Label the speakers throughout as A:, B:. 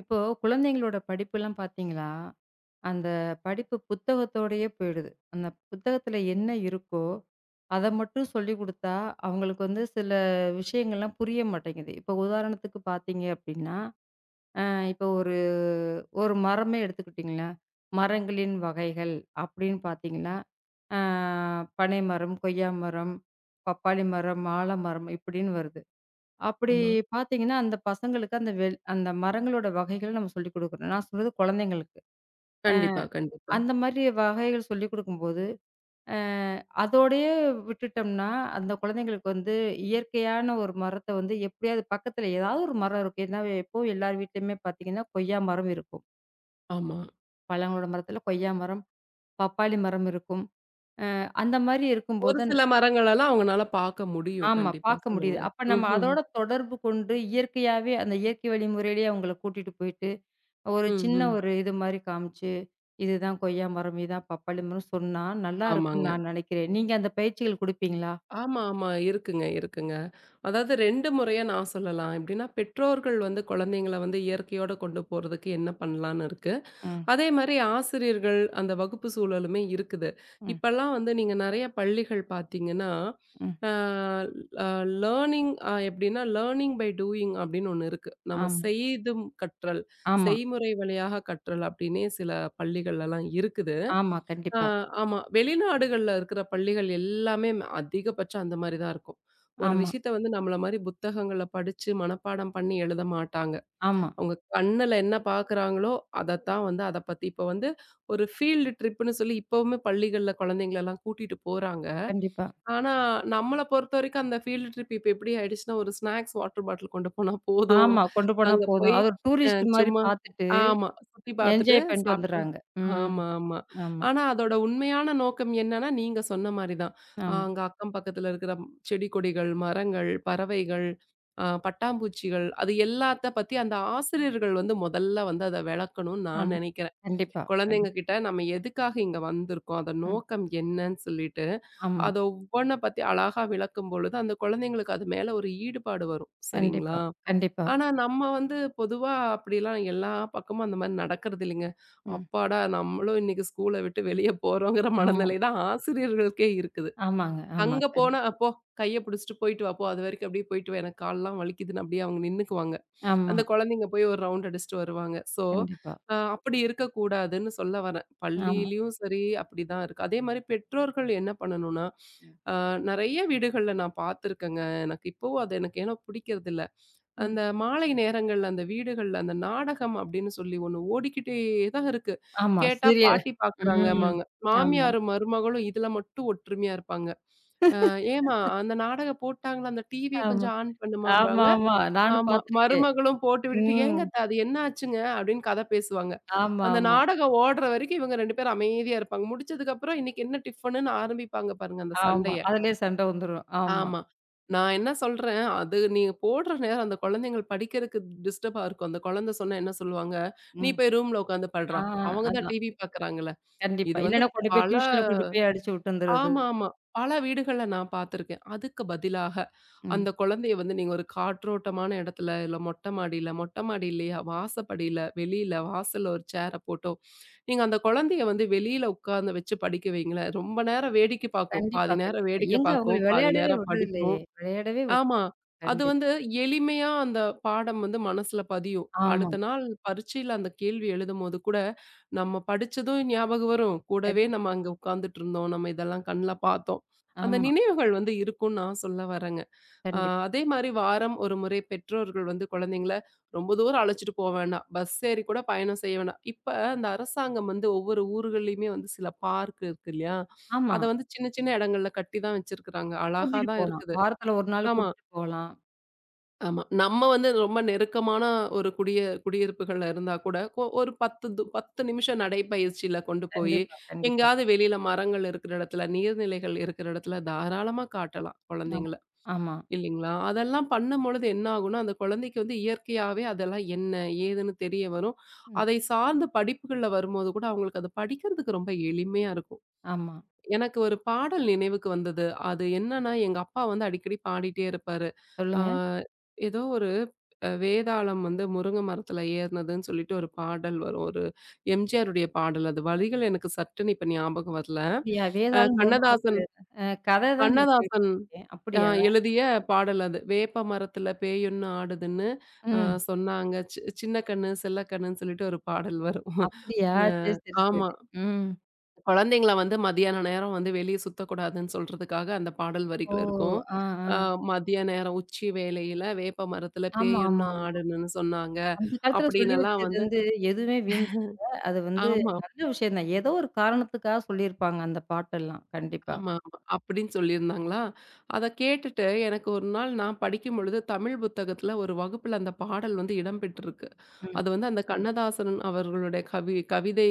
A: இப்போ குழந்தைங்களோட படிப்புலாம் பார்த்தீங்களா, அந்த படிப்பு புத்தகத்தோடயே போயிடுது. அந்த புத்தகத்துல என்ன இருக்கோ, அத மட்டும் சொல்லிக் குடுத்தா, அவங்களுக்கு வந்து சில விஷயங்கள்லாம் புரிய மாட்டேங்குது. இப்போ உதாரணத்துக்கு பார்த்தீங்க அப்டின்னா, அ இப்போ ஒரு ஒரு மரமே எடுத்துக்கிட்டிங்களேன், மரங்களின் வகைகள் அப்டின்னு பார்த்தீங்கன்னா, அ பனை மரம், கொய்யா மரம், பப்பாளி மரம், ஆலமரம் இப்டின்னு வருது. அப்படி
B: ஆமா.
A: பார்த்தீங்கன்னா, அந்த பசங்களுக்கு அந்த அந்த மரங்களோட வகைகள் நம்ம சொல்லிக் குடுக்குறோம். நான் சொல்றது குழந்தைங்களுக்கு.
B: கண்டிப்பா, கண்டிப்பா.
A: அந்த மாதிரி வகைகள் சொல்லிக் குடுக்கும்போது, அ அதோடயே விட்டுட்டோம்னா, அந்த குழந்தைங்களுக்கு வந்து இயற்கையான ஒரு மரத்த வந்து எப்படியாவது பக்கத்துல ஏதாவது ஒரு மரம் இருக்கும். ஏன்னா எப்பவும் எல்லார் வீட்லயுமே பார்த்தீங்கன்னா, கொய்யா மரம் இருக்கும்.
B: ஆமா.
A: பழங்களோட மரத்துல கொய்யா மரம், பப்பாளி மரம் இருக்கும். அந்த மாரி
B: ஒரு
A: இருக்கும்போது
B: சில மரங்களெல்லாம் அவங்கனால பார்க்க முடியும்.
A: ஆமா
B: கண்டிப்பா.
A: பார்க்க முடியுது.
B: சொல்லுங்க.
A: அப்ப நம்ம
B: ம்ஹ்ம்.
A: அதோட தொடர்பு கொண்டு இயற்கையாவே அந்த இயற்கை வழி முறையிலேயே அவங்கள கூட்டிட்டு போயிட்டு ஒரு சின்ன
B: ம்ஹ்ம்.
A: ஒரு இது மாரி காமிச்சு, இதுதான் கொய்யா மரம், இதுதான் பப்பாளி மரம் சொன்னா, நல்லா இருக்கும்னு
B: ஆமாங்க.
A: நான் நினைக்கிறேன். நீங்க அந்த பயிற்சிகள் குடுப்பீங்களா?
B: ஆமா, ஆமா. இருக்குங்க, இருக்குங்க. அதாவது 2 முறையா நான் சொல்லலாம். எப்படின்னா, பெற்றோர்கள் வந்து குழந்தைங்கள வந்து இயற்கையோட கொண்டு போறதுக்கு என்ன பண்ணலான்னு இருக்கு.
A: ம்,
B: அதே மாரி ஆசிரியர்கள், அந்த வகுப்பு சூழலுமே இருக்குது.
A: ம்,
B: இப்பல்லாம் வந்து நீங்க நெறைய பள்ளிகள் பார்த்தீங்கன்னா,
A: ம்.
B: அ அ லேர்னிங் எப்படின்னா, லேர்னிங் பை டூயிங் அப்படின்னு ஒண்ணு இருக்கு. நம்ம
A: ஆமா,
B: செய்தும் கற்றல்,
A: ஆமா,
B: செய்முறை வழியாக கற்றல் அப்படின்னே சில பள்ளிகள்லலாம் இருக்குது.
A: ஆமா.
B: அ
A: கண்டிப்பா.
B: ஆமா. வெளிநாடுகள்ல இருக்கிற பள்ளிகள் எல்லாமே அதிகபட்சம் அந்த மாரி தான் இருக்கும். ஒரு
A: ஆமா,
B: விஷயத்த வந்து நம்மள மாரி புத்தகங்கள படிச்சு மனப்பாடம் பண்ணி எழுத மாட்டாங்க.
A: ஆமா.
B: அவங்க கண்ணுல என்ன பார்க்குறாங்களோ, அதத்தான் வந்து அத பத்தி இப்ப வந்து ஒரு ஃபீல்டு ட்ரிப்புன்னு சொல்லி இப்பவுமே பள்ளிகள்ல குழந்தைங்களலாம் கூட்டிட்டு போறாங்க.
A: கண்டிப்பா.
B: ஆனா, நம்மள பொறுத்தவரைக்கும் அந்த ஃபீல்டு ட்ரிப் இப்ப எப்படி ஆயிடுச்சுன்னா, ஒரு ஸ்நாக்ஸ் வாட்டர் பாட்டில் கொண்டு போனா போதும்.
A: ஆமா. கொண்டு போனா
B: அங்க
A: போதும்.
B: போய்
A: அது ஒரு
B: அ
A: டூரிஸ்ட் மாரி
B: சும்மா
A: பார்த்துட்டு,
B: ஆமா. சுத்தி பார்த்துட்டு
A: என்ஜாய் பண்ணிட்டு
B: சாப்ட்டு
A: வந்துர்றாங்க. ம்.
B: ஆமா, ஆமா.
A: ஆமா,
B: ஆனா, அதோட உண்மையான நோக்கம் என்னன்னா, நீங்க சொன்ன மாரி தான். அ
A: ஆமா,
B: அங்க அக்கம் பக்கத்துல இருக்கிற செடி கொடிகள், மரங்கள், பறவைகள், பட்டாம்பூச்சிகள் அது எல்லாத்த பத்தி அந்த ஆசிரியர்கள் வந்து முதல்ல வந்து அத விளக்கணும்னு நான்
A: ஆமா.
B: நெனைக்கிறேன்.
A: கண்டிப்பா,
B: குழந்தைங்க
A: கண்டிப்பா.
B: கிட்ட நம்ம எதுக்காக இங்க வந்திருக்கோம்? அதோட
A: ம்.
B: நோக்கம் என்னன்னு சொல்லிட்டு,
A: ஆமா.
B: அத ஃபோன பத்தி அழகா விளக்கும் பொழுது, அந்த குழந்தைங்களுக்கு அது மேல ஒரு ஈடுபாடு வரும்.
A: கண்டிப்பா,
B: சரிங்களா?
A: கண்டிப்பா.
B: ஆனா நம்ம வந்து பொதுவா அப்படிலாம் எல்லா பக்கமும் அந்த மாரி நடக்கிறது இல்லைங்க.
A: ம்.
B: அப்பாடா! நம்மளும் இன்னைக்கு ஸ்கூல விட்டு வெளிய போறோங்கிற
A: ஆமா.
B: மனநிலை தான் ஆசிரியர்களுக்கே இருக்குது.
A: ஆமாங்க. ஆமா.
B: அங்க போனா, "போ கைய புடிச்சுட்டு போயிட்டு வா போ. அதுவரைக்கும் அப்படியே போயிட்டு வா. எனக்கு கால்லாம் வலிக்குதுன்னு" அப்படியே அவங்க நின்னுக்குவாங்க.
A: ஆமா.
B: அந்த குழந்தைங்க போய் ஒரு ரவுண்ட் அடிச்சுட்டு வருவாங்க. ஸோ,
A: கண்டிப்பா.
B: அப்படி இருக்கக்கூடாதுன்னு சொல்ல வரேன்.
A: ஆமா.
B: பள்ளியிலயும் சரி அப்படிதான் இருக்கு. அதே மாரி பெற்றோர்கள் என்ன பண்ணணும்னா,
A: ம்.
B: அ நெறைய வீடுகள்ல நான் பார்த்துருக்கேங்க. எனக்கு இப்பவும் அது எனக்கு ஏனோ பிடிக்கிறதில்ல.
A: ம்.
B: அந்த மாலை நேரங்கள்ல அந்த வீடுகள்ல அந்த நாடகம் அப்படின்னு சொல்லி ஒண்ணு ஓடிக்கிட்டே தான் இருக்கு.
A: ஆமா.
B: கேட்டா பாட்டி
A: ம்.
B: பார்க்குறாங்கம்பாங்க.
A: ஆமா.
B: மாமியாரும் மருமகளும் இதுல மட்டும் ஒற்றுமையா இருப்பாங்க. ஏம்மா அந்த நாடகம் போட்டாங்களா? அந்த டிவிய
A: ஆமா.
B: கொஞ்சம் ஆன் பண்ணுமாம்பாங்க.
A: ஆமாமா. நானும்
B: ஆமா.
A: பார்த்துருக்கேன்.
B: மருமகளும் போட்டு விட்டுட்டு,
A: ம்.
B: "ஏங்க அத்த அது என்ன ஆச்சுங்க?" அப்படின்னு கதை பேசுவாங்க.
A: ஆமா,
B: அந்த
A: ஆமா,
B: நாடகம் ஓடுற வரைக்கும் இவங்க 2 பேரும் அமைதியா இருப்பாங்க. முடிச்சதுக்கப்புறம் இன்னைக்கு என்ன டிஃபனுன்னு ஆரம்பிப்பாங்க பாருங்க அந்த
A: ஆமா.
B: சண்டைய.
A: அதிலயே சண்டை வந்துரும். ஆமா.
B: ஆமா. நான் என்ன சொல்றேன், அது நீங்க போடுற நேரம் அந்த குழந்தைங்கள் படிக்கிறதுக்கு டிஸ்டர்பா இருக்கும். அந்த குழந்தை சொன்னா என்ன சொல்லுவாங்க, "நீ
A: ம்.
B: போய் ரூம்ல உட்காந்து
A: ஆ,
B: படுறா. அவங்க தான்
A: அதான்.
B: டிவி பார்க்கறாங்கல்ல."
A: கண்டிப்பா.
B: இது வந்து
A: இல்லன்னா கொண்டு போய்
B: பல
A: டியூஷன்ல கொண்டு போய் அடிச்சு விட்டுந்துறது.
B: ஆமாமா. பல வீடுகள்ல நான் பார்த்துருக்கேன். அதுக்கு பதிலாக,
A: ம்.
B: அந்த குழந்தைய வந்து நீங்க ஒரு காற்றோட்டமான இடத்துல, இல்ல மொட்டை மாடி இல்லையா, வாசப்படியில, வெளியில வாசல்ல ஒரு சேர போட்டோ, நீங்க அந்த குழந்தைய வந்து வெளியில உட்கார்ந்து வச்சு படிக்க வையுங்களேன். ரொம்ப நேரம் வேடிக்கை பார்க்கும்.
A: கண்டிப்பா,
B: பாதி நேரம்
A: கண்டிப்பா.
B: வேடிக்கை
A: எங்க அவங்கள
B: பார்க்கும், பாதி
A: விளையாடவே
B: நேரம்
A: விடுறதில்லையே!
B: படிக்கும்.
A: விளையாடவே விட்
B: ஆமா. அது
A: கண்டிப்பா.
B: வந்து எளிமையா அந்த பாடம் வந்து மனசுல பதியும்.
A: ஆமா.
B: அடுத்த நாள் பரீட்சையில அந்த கேள்வி எழுதும்போது கூட, நம்ம படிச்சதும் ஞாபகம் வரும். கூடவே நம்ம
A: கண்டிப்பா.
B: அங்க உட்கார்ந்துட்டுருந்தோம். நம்ம இதெல்லாம் கண்ல பார்த்தோம். அந்த
A: ஆமா.
B: நினைவுகள் வந்து இருக்கும்ன்னு நான் சொல்ல வரேங்க. அ
A: கண்டிப்பா.
B: அதே மாரி வாரம் ஒரு முறை பெற்றோர்கள் வந்து குழந்தைங்கள ரொம்ப தூரம் அழைச்சிட்டு போ வேணாம். பஸ் ஏறி கூட பயணம் செய்ய வேணாம். இப்ப இந்த அரசாங்கம் வந்து ஒவ்வொரு ஊர்கள்லயுமே வந்து சில பார்க் இருக்கு இல்லையா?
A: ஆமா.
B: அத வந்து சின்ன சின்ன இடங்கள்ல கட்டி தான் வச்சிருக்கிறாங்க. அழகா
A: கூட்டிட்டு
B: தான்
A: போலாம்.
B: இருக்குது.
A: வாரத்துல ஒரு நாள்
B: ஆமா.
A: கூட்டிட்டு போலாம்.
B: ஆமா. நம்ம வந்து ரொம்ப நெருக்கமான ஒரு குடியிருப்புகள்ல இருந்தா கூட, ஒரு 10 நிமிஷம் நடைப்பயிற்சியில கொண்டு போயி,
A: கண்டிப்பா, கண்டிப்பா.
B: எங்கேயாவது வெளியில மரங்கள் இருக்கிற இடத்துல, நீர்நிலைகள் இருக்கிற இடத்துல தாராளமா காட்டலாம்
A: ஆமா,
B: குழந்தைங்கள.
A: ஆமா.
B: இல்லைங்களா? அதெல்லாம் பண்ணும்பொழுது என்ன ஆகும்னா, அந்த குழந்தைக்கு வந்து இயற்கையாவே அதெல்லாம் என்ன, ஏதுன்னு தெரிய வரும்.
A: ம்.
B: அதை சார்ந்த படிப்புகள்ல வரும்போது கூட, அவங்களுக்கு அத படிக்கிறதுக்கு ரொம்ப எளிமையா இருக்கும்.
A: ஆமா.
B: எனக்கு ஒரு பாடல் நினைவுக்கு வந்தது. அது என்னன்னா, எங்க அப்பா வந்து அடிக்கடி பாடிட்டே இருப்பாரு. ஆ
A: சொல்லுங்க.
B: ஏதோ ஒரு வேதாளம் வந்து முருங்க மரத்துல ஏறுனதுன்னு சொல்லிட்டு ஒரு பாடல் வரும். ஒரு எம்ஜிஆருடைய பாடல் அது. வரிகள் எனக்கு சட்டுன்னு இப்ப ஞாபகம் வரல.
A: அப்படியா?
B: அ
A: வேதாளம் முருகமூர்த்தி
B: கண்ணதாசன்
A: வேதம். கதை தான் நான்
B: கண்ணதாசன்
A: கேள்விப்பட்டுருக்கேன்.
B: அ
A: அப்படியா?
B: எழுதிய பாடல் அது. "வேப்ப மரத்துல பேயொன்னு ஆடுதுன்னு அ
A: ம்.
B: சொன்னாங்க. சின்ன கண்ணு, செல்ல கண்ணுன்னு" சொல்லிட்டு ஒரு பாடல் வரும்.
A: அப்படியா?
B: அ
A: சரி, சரி,
B: ஆமா.
A: சரி. ம்.
B: குழந்தைங்கள வந்து மதியான நேரம் வந்து வெளிய சுத்தக்கூடாதுன்னு சொல்றதுக்காக அந்த பாடல்
A: ஓ!
B: வரிகள் இருக்கும்.
A: ஆ, ஆ.
B: அ மதிய நேரம் உச்சி வேளையில வேப்ப மரத்துல
A: ஆமா, ஆமா,
B: பேயுன்னு
A: ஆமா.
B: ஆடுனுன்னு சொன்னாங்க.
A: அந்த காலத்துல சொல்லி
B: அப்படின்னெல்லாம்
A: வச்சது
B: வந்து
A: வந்து எதுவுமே வீண் போகல. அது வந்து
B: ஆமா.
A: நல்ல விஷயம் தான். ஏதோ ஒரு காரணத்துக்காக சொல்லியிருப்பாங்க அந்த பாட்டெல்லாம். கண்டிப்பா.
B: ஆமா, ஆமா. அப்படின்னு சொல்லியிருந்தாங்களா? அத கேட்டுட்டு எனக்கு ஒரு நாள் நான் படிக்கும்பொழுது தமிழ் புத்தகத்துல ஒரு வகுப்புல அந்த பாடல் வந்து இடம்பெற்றிருக்கு.
A: ம்,
B: அது வந்து அந்த கண்ணதாசன் அவர்களுடைய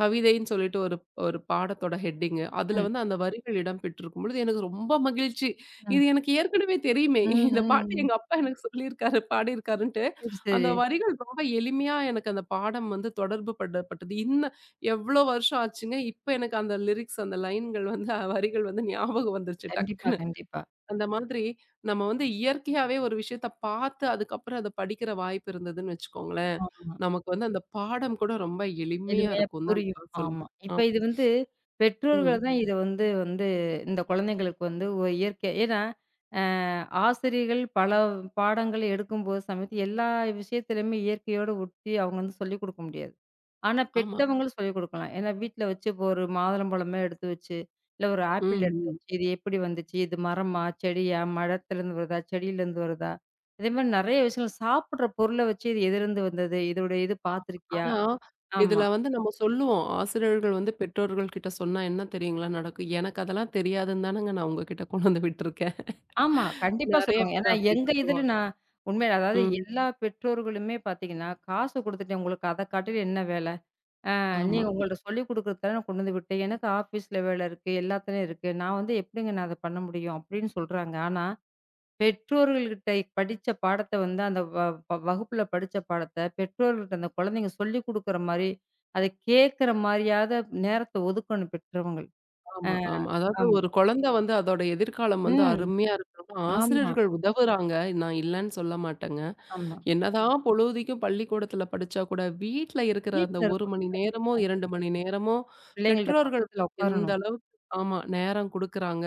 B: கவிதைன்னு சொல்லிட்டு ஒரு ஒரு பாடத்தோட ஹெட்டிங்கு. அதுல
A: ம்,
B: வந்து அந்த வரிகள் இடம்பெற்றிருக்கும் பொழுது எனக்கு ரொம்ப மகிழ்ச்சி.
A: ம்,
B: இது எனக்கு ஏற்கனவே தெரியுமே.
A: ம்,
B: இந்த பாட்டு
A: ம்.
B: எங்க அப்பா எனக்கு சொல்லியிருக்காரு, பாடியிருக்காருன்ட்டு.
A: சரி,
B: அந்த
A: சரி.
B: வரிகள் ரொம்ப எளிமையா எனக்கு அந்த பாடம் வந்து தொடர்பு படப்பட்டது. எவ்வளோ வருஷம் ஆச்சுங்க. இப்ப எனக்கு அந்த லிரிக்ஸ், அந்த லைன்கள் வந்து வரிகள் வந்து ஞாபகம் வந்துருச்சு
A: கண்டிப்பா,
B: டக்குன்னு.
A: கண்டிப்பா.
B: அந்த மாதிரி நம்ம வந்து இயற்கையாவே ஒரு விஷயத்த பார்த்து, அதுக்கப்புறம் அத படிக்கிற வாய்ப்பு இருந்ததுன்னு வச்சுக்கோங்களேன்,
A: ஆமா.
B: நமக்கு வந்து அந்த பாடம் கூட ரொம்ப எளிமையா
A: எளிமையா
B: இருக்கும் தான்
A: புரியும்.
B: நான் சொல்லுவேன்.
A: ஆமா.
B: ஆ.
A: இப்ப இது வந்து பெற்றோர்கள்
B: ம்.
A: தான் இத வந்து வந்து இந்த குழந்தைங்களுக்கு வந்து ஒரு இயற்கை ஏன்னா, அ ஆசிரியர்கள் பல பாடங்கள் எடுக்கும்போது சமயத்து எல்லா விஷயத்திலயுமே இயற்கையோடு ஒட்டி அவங்க வந்து சொல்லிக் குடுக்க முடியாது. ஆனா,
B: ஆமா.
A: பெத்தவங்களும் சொல்லிக் குடுக்கலாம். ஏன்னா, வீட்ல வச்சு இப்போ ஒரு மாதுளம்பழமே எடுத்து வச்சு, இல்ல ஒரு
B: ம்,
A: ஆப்பிள் எடுத்து
B: ம்.
A: வச்சு, இது எப்படி வந்துச்சு? இது மரமா? செடியா? மரத்துலருந்து வருதா? செடியிலருந்து வருதா? அதே மாரி நெறைய விஷயங்கள் சாப்பிடுற பொருள வச்சு இது எதிலருந்து வந்தது? இதோட இது பார்த்துருக்கியா?
B: ஆனா,
A: ஆமா.
B: இதுல வந்து நம்ம சொல்லுவோம். ஆசிரியர்கள் வந்து பெற்றோர்கள் கிட்ட சொன்னா என்ன தெரியுங்களா நடக்கும்? எனக்கு அதெல்லாம் தெரியாதுன்னு தானங்க நான் உங்ககிட்ட கொண்டு வந்து விட்டுருக்கேன்.
A: ஆமா. கண்டிப்பா
B: நெறைய
A: சொல்லுவாங்க.
B: பேர்
A: ஏன்னா
B: அப்படி
A: எங்க இதுல
B: சொல்லுவாங்க.
A: நான் உண்மையில அதாவது
B: ம்.
A: எல்லா பெற்றோர்களுமே பார்த்தீங்கன்னா, காசு குடுத்துட்டேன் உங்களுக்கு அத காட்டிலும் என்ன வேல?
B: ஆமா.
A: நீங்க உங்கள்ட்ட சொல்லிக் குடுக்குறது தானே கொண்டு வந்து விட்டேன். எனக்கு ஆஃபீஸ்ல வேல இருக்கு. எல்லாத்துலயும் இருக்கு. நான் வந்து எப்படிங்க நான் அத பண்ண முடியும்? அப்படின்னு சொல்றாங்க. ஆனா, பெற்றோர்கள்கிட்ட படிச்ச பாடத்த வந்து அந்த வ வ வகுப்புல படிச்ச பாடத்த பெற்றோர்கள்ட்ட அந்த குழந்தைங்க சொல்லிக் குடுக்குற மாரி, அத கேட்கிற மாரியாத நேரத்த ஒதுக்கணும் பெற்றவங்கள். அ
B: ஆமா, ஆமா. அதாவது
A: ஆமா.
B: ஒரு குழந்தை வந்து அதோட எதிர்காலம் வந்து
A: ம்.
B: அருமையா இருக்கணும்னா,
A: ஆமா,
B: ஆசிரியர்கள் உதவுறாங்க. நான் இல்லன்னு சொல்ல மாட்டேங்க.
A: ஆமா.
B: என்னதான் பொழுதிக்கும் பள்ளிக்கூடத்துல படிச்சா கூட, வீட்ல இருக்கிற
A: வீட்ல
B: அந்த 1
A: இருக்கணும்.
B: மணி நேரமோ,
A: கண்டிப்பா.
B: 2 மணி நேரமோ
A: பிள்ளைங்கள்ட்ட
B: பெற்றோர்கள்
A: பக்கத்துல
B: எந்த
A: உட்காரணும்.
B: அளவுக்கு ஆமா. நேரம் குடுக்குறாங்க.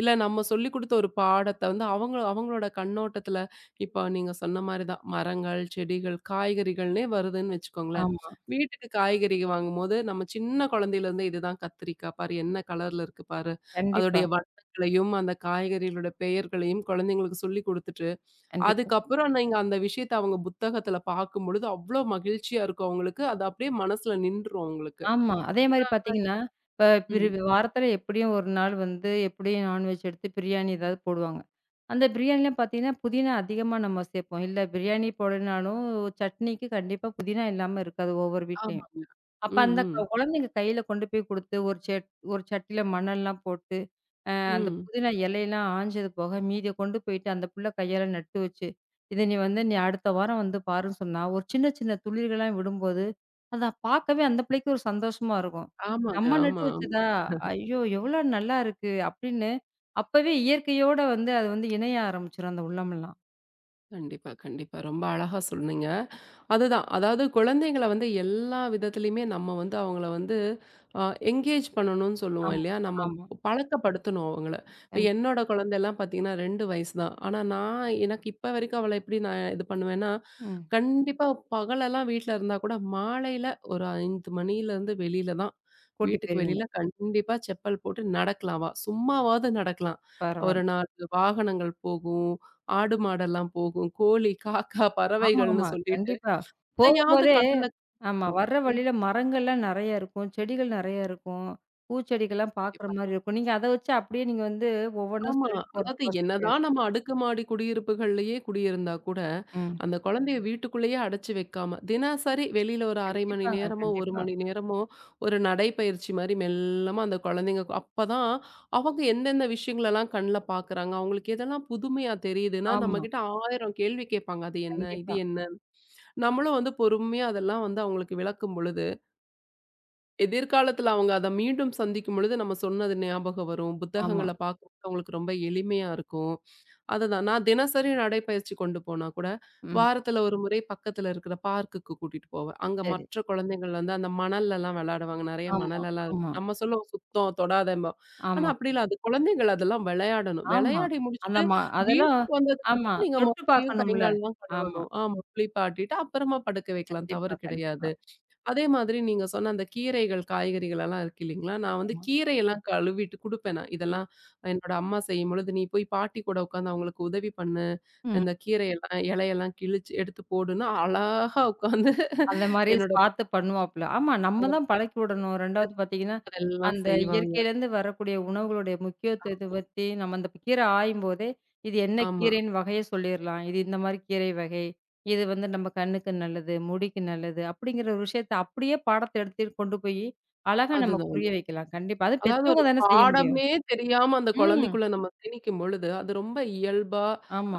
B: இல்ல நம்ம சொல்லிக் குடுத்த ஒரு பாடத்த வந்து அவங்க அவங்களோட கண்ணோட்டத்துல, இப்போ நீங்க சொன்ன மாரி தான் மரங்கள், செடிகள், காய்கறிகள்னே வருதுன்னு வச்சுக்கோங்களேன்.
A: ஆமா.
B: வீட்டுக்கு காய்கறி வாங்கும்போது, நம்ம சின்ன குழந்தையிலேருந்தே இதுதான் கத்திரிக்காய் பாரு, என்ன கலர்ல இருக்கு பாரு,
A: கண்டிப்பா,
B: அதோடைய வண்ணங்களையும், அந்த காய்கறிகளோட பெயர்களையும் குழந்தைங்களுக்கு சொல்லிக் குடுத்துட்டு,
A: கண்டிப்பா.
B: அதுக்கப்புறம் நீங்க அந்த விஷயத்த அவங்க புத்தகத்துல பார்க்கும்பொழுது, அவ்ளோ மகிழ்ச்சியா இருக்கும் அவங்களுக்கு. அது அப்படியே மனசுல நின்றும் அவங்களுக்கு.
A: ஆமா. அதே மாரி பார்த்தீங்கன்னா, இப்ப பிரிவு
B: ம்.
A: வாரத்துல எப்படியும் ஒரு நாள் வந்து எப்படியும் நான்வெஜ் எடுத்து பிரியாணி ஏதாவது போடுவாங்க. அந்த பிரியாணிலாம் பார்த்தீங்கன்னா, புதினா அதிகமா நம்ம சேர்ப்போம். இல்ல பிரியாணி போடலனாலும் சட்னிக்கு கண்டிப்பா புதினா இல்லாம இருக்காது ஒவ்வொரு வீட்லயும்.
B: ஆமாங்க.
A: அப்ப
B: ம்,
A: அந்த
B: ம்,
A: குழந்தைங்க கையில கொண்டு போய் குடுத்து ஒரு செட் ஒரு சட்டியில மணல்லாம் போட்டு அந்த
B: ம்.
A: புதினா இலையெல்லாம் ஆஞ்சது போக, மீதிய கொண்டு போயிட்டு அந்த புள்ள கையால நட்டு வச்சு, இத நீ வந்து நீ அடுத்த வாரம் வந்து பாருன்னு சொன்னா, ஒரு சின்ன சின்ன துளிர்களா விடும்போது, அத பார்க்கவே அந்த பிள்ளைக்கு ஒரு சந்தோஷமா இருக்கும்.
B: ஆமாங்க.
A: நம்ம நட்டு
B: ஆமா.
A: வச்சதா, ஐயோ! எவ்வளோ நல்லா இருக்கு அப்படின்னு, அப்பவே இயற்கையோட வந்து அது வந்து இணைய ஆரம்பிச்சுரும் அந்த உள்ளமெல்லாம்.
B: கண்டிப்பா, கண்டிப்பா. ரொம்ப அழகா சொன்னீங்க. அதுதான். அதாவது குழந்தைங்கள வந்து எல்லா விதத்திலயுமே நம்ம வந்து அவங்கள வந்து அ என்கேஜ் பண்ணணும்னு சொல்லுவோம்
A: ஆமா,
B: இல்லையா? நம்ம
A: ஆமா.
B: பழக்கப்படுத்தணும் அவங்கள. இப்ப
A: கண்
B: என்னோட குழந்தைலாம் பார்த்தீங்கன்னா 2 வயசு தான். ஆனா நான் எனக்கு இப்ப வரைக்கும் அவள எப்படி நான் இது பண்ணுவேன்னா,
A: ம்.
B: கண்டிப்பா பகலெல்லாம் வீட்ல இருந்தா கூட மாலையில ஒரு 5 மணியிலேருந்து வெளியில தான்.
A: கூட்டி
B: வீட்டுக்கு
A: போயிருவீங்க.
B: வெளியில கண்டிப்பா செப்பல் போட்டு நடக்கலாம் அவ. சும்மாவாவது நடக்கலாம். ஒரு
A: பரவால்ல.
B: 4 வாகனங்கள் போகும். ஆடு, மாடெல்லாம் போகும். கோழி, காக்கா,
A: ஆமா,
B: பறவைகள்னு
A: ஆமா.
B: சொல்லிட்டு
A: கண்டிப்பா.
B: எதையாவது
A: போகும்போதே
B: கடல்ல
A: ஆமா.
B: காணும்.
A: வர்ற
B: ம்.
A: வழியில மரங்கள்லாம் நெறைய இருக்கும். செடிகள் நெறைய இருக்கும். பூச்செடிகள்லாம் பார்க்குற
B: கண்டிப்பா.
A: மாரி இருக்கும். நீங்க அத வச்சு அப்படியே நீங்க வந்து ஒவ்வொன்னா
B: ஆமா.
A: சொல்லிட்டு
B: அதாவது
A: போறதுக்கு வசதியா
B: என்னதான்
A: இருக்கும்.
B: நம்ம அடுக்குமாடி குடியிருப்புகள்லயே குடியிருந்தா கூட,
A: ம்.
B: அந்த குழந்தைய வீட்டுக்குள்ளேயே அடைச்சு வைக்காம, தினசரி வெளியில ஒரு 1/2 மணி
A: கண்டிப்பாங்க.
B: நேரமோ, 1
A: கண்டிப்பா.
B: மணி நேரமோ ஒரு நடைப்பயிற்சி மாரி மெல்லமா அந்த குழந்தைங்க அப்பதான் அவங்க எந்தெந்த விஷயங்களெல்லாம் கண்ல பார்க்குறாங்க, அவங்களுக்கு எதெல்லாம் புதுமையா தெரியுதுன்னா,
A: ஆமா.
B: நம்மகிட்ட 1000 கேள்வி கேட்பாங்க. அது என்ன? இது
A: கண்டிப்பா.
B: என்ன? நம்மளும் வந்து பொறுமையா அதெல்லாம் வந்து அவங்களுக்கு விளக்கும் பொழுது எதிர்காலத்துல அவங்க அத மீண்டும் சந்திக்கும் பொழுது நம்ம சொன்னது ஞாபகம் வரும்.
A: ஆமா.
B: புத்தகங்கள பார்க்கும்போது அவங்களுக்கு ரொம்ப எளிமையா இருக்கும். அதுதான் நான் தினசரி நடைப்பயிற்சி கொண்டு போனா கூட,
A: ம்.
B: வாரத்துல ஒரு முறை பக்கத்துல இருக்கிற பார்க்குக்கு கூட்டிட்டு போவேன். அங்க
A: சரி.
B: மற்ற குழந்தைகள் வந்து அந்த மணல்லலாம் விளையாடுவாங்க. நெறைய
A: ஆமா,
B: மணலெல்லாம் இருக்கும்.
A: ஆமா,
B: நம்ம சொல்லுவோம் சுத்தம், தொடாதேம்போம். ஆனா
A: ஆமா,
B: அப்படி இல்ல. அது குழந்தைகள் அதெல்லாம் விளையாடணும்.
A: ஆமா.
B: விளையாடி
A: அந்த
B: முடிச்சுட்டு
A: ம அதெல்லாம்
B: வீட்டுக்கு
A: ஆமா.
B: வந்ததுக்கப்புறம் நீங்க
A: தொட்டு
B: மறுபடியும் கை,
A: பார்க்கணும்ல.
B: கால்லாம்
A: ஆமா.
B: கழுவணும். ஆமா குளிப்பாட்டிட்டு அப்புறமா படுக்க வைக்கலாம்.
A: கண்டிப்பா,
B: தவறு
A: கண்டிப்பா.
B: கிடையாது. அதே மாதிரி நீங்க சொன்ன அந்த கீரைகள், காய்கறிகள் எல்லாம் இருக்கு இல்லீங்களா? நான் வந்து
A: ஆமா.
B: கீரையெல்லாம் கழுவிட்டு குடுப்பேன் நான்.
A: ம்.
B: இதெல்லாம் என்னோட அம்மா செய்யும்பொழுது, "நீ போய் பாட்டி கூட உட்காந்து அவங்களுக்கு உதவி பண்ணு.
A: ம்.
B: இந்த கீரையெல்லாம், இலையெல்லாம் கிழிச்சு எடுத்து போடுன்னா" அழகா உட்காந்து
A: அந்த மாரி
B: என்னோட
A: பார்த்து பண்ணுவாப்ல. ஆமா, நம்ம
B: அவங்க
A: தான்
B: பாட்டி
A: பழக்கி விடணும். 2வது பார்த்தீங்கன்னா,
B: அதெல்லாம்
A: அந்த
B: செய்வாங்க.
A: இயற்கையிலேருந்து வரக்கூடிய உணவுகளுடைய முக்கியத்துவத்த பத்தி நம்ம அந்த கீரை ஆயும்போதே, இது என்ன
B: ஆமா.
A: கீரைன்னு வகைய சொல்லிர்லாம். இது இந்த மாரி கீரை வகை. இது வந்து நம்ம கண்ணுக்கு நல்லது, முடிக்கு நல்லது அப்படிங்கிற ஒரு விஷயத்த அப்படியே பாடத்த எடுத்துட்டு கொண்டு போயி, அழகா நம்ம
B: அதுதான்.
A: புரிய வைக்கலாம். கண்டிப்பா. அது
B: அதாவது
A: பெத்தவங்க
B: ஒரு
A: தானே செய்ய முடியும்.
B: பாடமே தெரியாம அந்த
A: ம்.
B: குழந்தைக்குள்ள நம்ம திணிக்கும் பொழுது, அது ரொம்ப இயல்பா,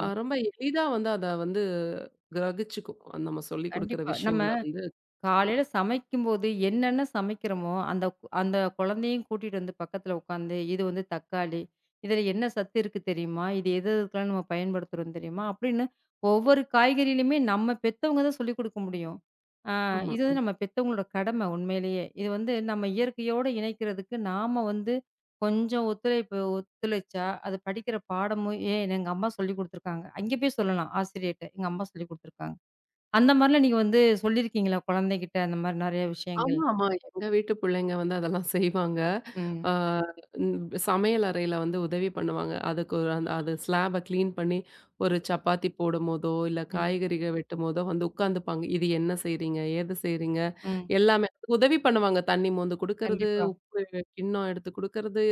B: ரொம்ப எளிதா வந்து அத வந்து கிரகிச்சுக்கும். அந்த நம்ம சொல்லிக் குடுக்குற
A: கண்டிப்பா. நம்ம
B: விஷயங்கள வந்து கிரகிச்சுக்கும்.
A: காலையில சமைக்கும்போது என்னென்ன சமைக்கிறோமோ, அந்த அந்த குழந்தையும் கூட்டிட்டு வந்து பக்கத்துல உட்காந்து, இது வந்து தக்காளி, இதில என்ன சத்து இருக்கு தெரியுமா? இது எது எதுக்கெல்லாம் நம்ம பயன்படுத்துறோம் தெரியுமா? அப்படின்னு ஒவ்வொரு காய்கறியிலுமே நம்ம பெத்தவங்க தான் சொல்லிக் குடுக்க முடியும். ஆ
B: ஆமா.
A: இது வந்து நம்ம பெத்தவங்களோட கடமை உண்மையிலேயே. இது வந்து நம்ம இயற்கையோட இணைக்கிறதுக்கு நாம வந்து கொஞ்சம் ஒத்துழைச்சா, அது படிக்கிற பாடமும் ஏன் எங்க அம்மா சொல்லிக் குடுத்துருக்காங்க. அங்கே போய் சொல்லலாம் ஆசிரியர்ட்ட. எங்க அம்மா சொல்லிக் குடுத்துருக்காங்க. அந்த மாரிலாம் நீங்க வந்து சொல்லியிருக்கீங்களா குழந்தைகிட்ட அந்த மாரி நெறைய விஷயங்கள்?
B: ஆமா, ஆமா. எங்க வீட்டு பிள்ளைங்க வந்து அதெல்லாம் செய்வாங்க.
A: ம்.
B: ஆ ம் சமையல் அறையில வந்து உதவி பண்ணுவாங்க. அதுக்கு ஒரு அந்த அது ஸ்லாப கிளீன் பண்ணி ஒரு சப்பாத்தி போடும்போதோ, இல்ல
A: ம்.
B: காய்கறிக வெட்டும்போதோ வந்து உட்காந்துப்பாங்க. இது என்ன செய்றீங்க? ஏது செய்றீங்க?
A: ம்.
B: எல்லாமே உதவி பண்ணுவாங்க. தண்ணி மோந்து குடுக்கறது,
A: கண்டிப்பா.
B: உப்பு கிண்ணம் எடுத்து குடுக்கறது,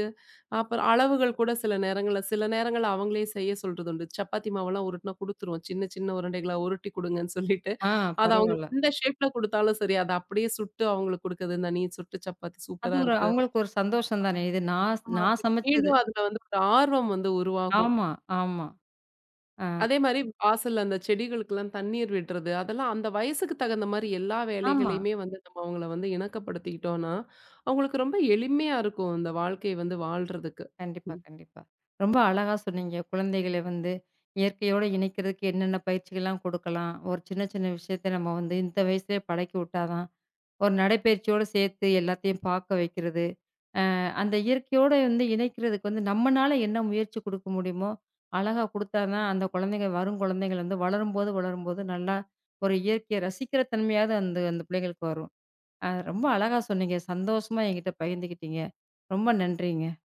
B: அப்புறம் அளவுகள் கூட சில நேரங்கள்ல அவங்களே செய்ய சொல்றது உண்டு. சப்பாத்தி மாவெல்லாம் உருட்டுனா குடுத்துருவோம். சின்ன சின்ன உருண்டைகளா உருட்டி குடுங்கன்னு சொல்லிட்டு,
A: ஆ
B: அத
A: பரவால்ல.
B: எந்த ஷேப்ல குடுத்தாலும் சரி, அத அப்படியே சுட்டு அவங்களுக்கு குடுக்குறது. இந்த நீ சுட்டு சப்பாத்தி
A: அது
B: சூப்பரா
A: ஒரு
B: இருக்கு.
A: அவங்களுக்கு ஒரு சந்தோஷம் தானே! இது நான்
B: ஆமா
A: நான்
B: அவங்களுக்கு
A: சமைச்சது.
B: மீண்டும் அதுல வந்து ஒரு ஆர்வம் வந்து உருவாகும்.
A: ஆமா, ஆமா. ஆ.
B: அதே மாரி வாசல்ல அந்த செடிகளுக்கெல்லாம் தண்ணீர் விடுறது, அதெல்லாம் அந்த வயசுக்கு தகுந்த மாரி எல்லா
A: ஆமா.
B: வேலைகளையுமே வந்து நம்ம அவங்கள வந்து இணக்கப்படுத்திக்கிட்டோம்னா, அவங்களுக்கு ரொம்ப எளிமையா இருக்கும். இந்த வாழ்க்கை வந்து வாழ்றதுக்கு.
A: கண்டிப்பா,
B: ம்.
A: கண்டிப்பா. ரொம்ப அழகா சொன்னீங்க. குழந்தைகள வந்து இயற்கையோட இணைக்கிறதுக்கு என்னென்ன பயிற்சிகள்லாம் குடுக்கலாம்? ஒரு சின்ன சின்ன விஷயத்த நம்ம வந்து இந்த வயசுலயே பழக்கி விட்டா தான், ஒரு நடைப்பயிற்சியோட சேர்த்து எல்லாத்தையும் பார்க்க வைக்கிறது. அந்த இயற்கையோட வந்து இணைக்கிறதுக்கு வந்து நம்மனால என்ன முயற்சி குடுக்க முடியுமோ, அழகா குடுத்தா தான் அந்த குழந்தைங்க வரும் குழந்தைகள் வந்து வளரும்போது, வளரும்போது நல்லா ஒரு இயற்கைய ரசிக்கிற தன்மையாவது அந்த அந்த பிள்ளைங்களுக்கு வரும். ரொம்ப அழகா சொன்னீங்க. சந்தோஷமா என்கிட்ட பகிர்ந்துக்கிட்டீங்க. ரொம்ப நன்றிங்க.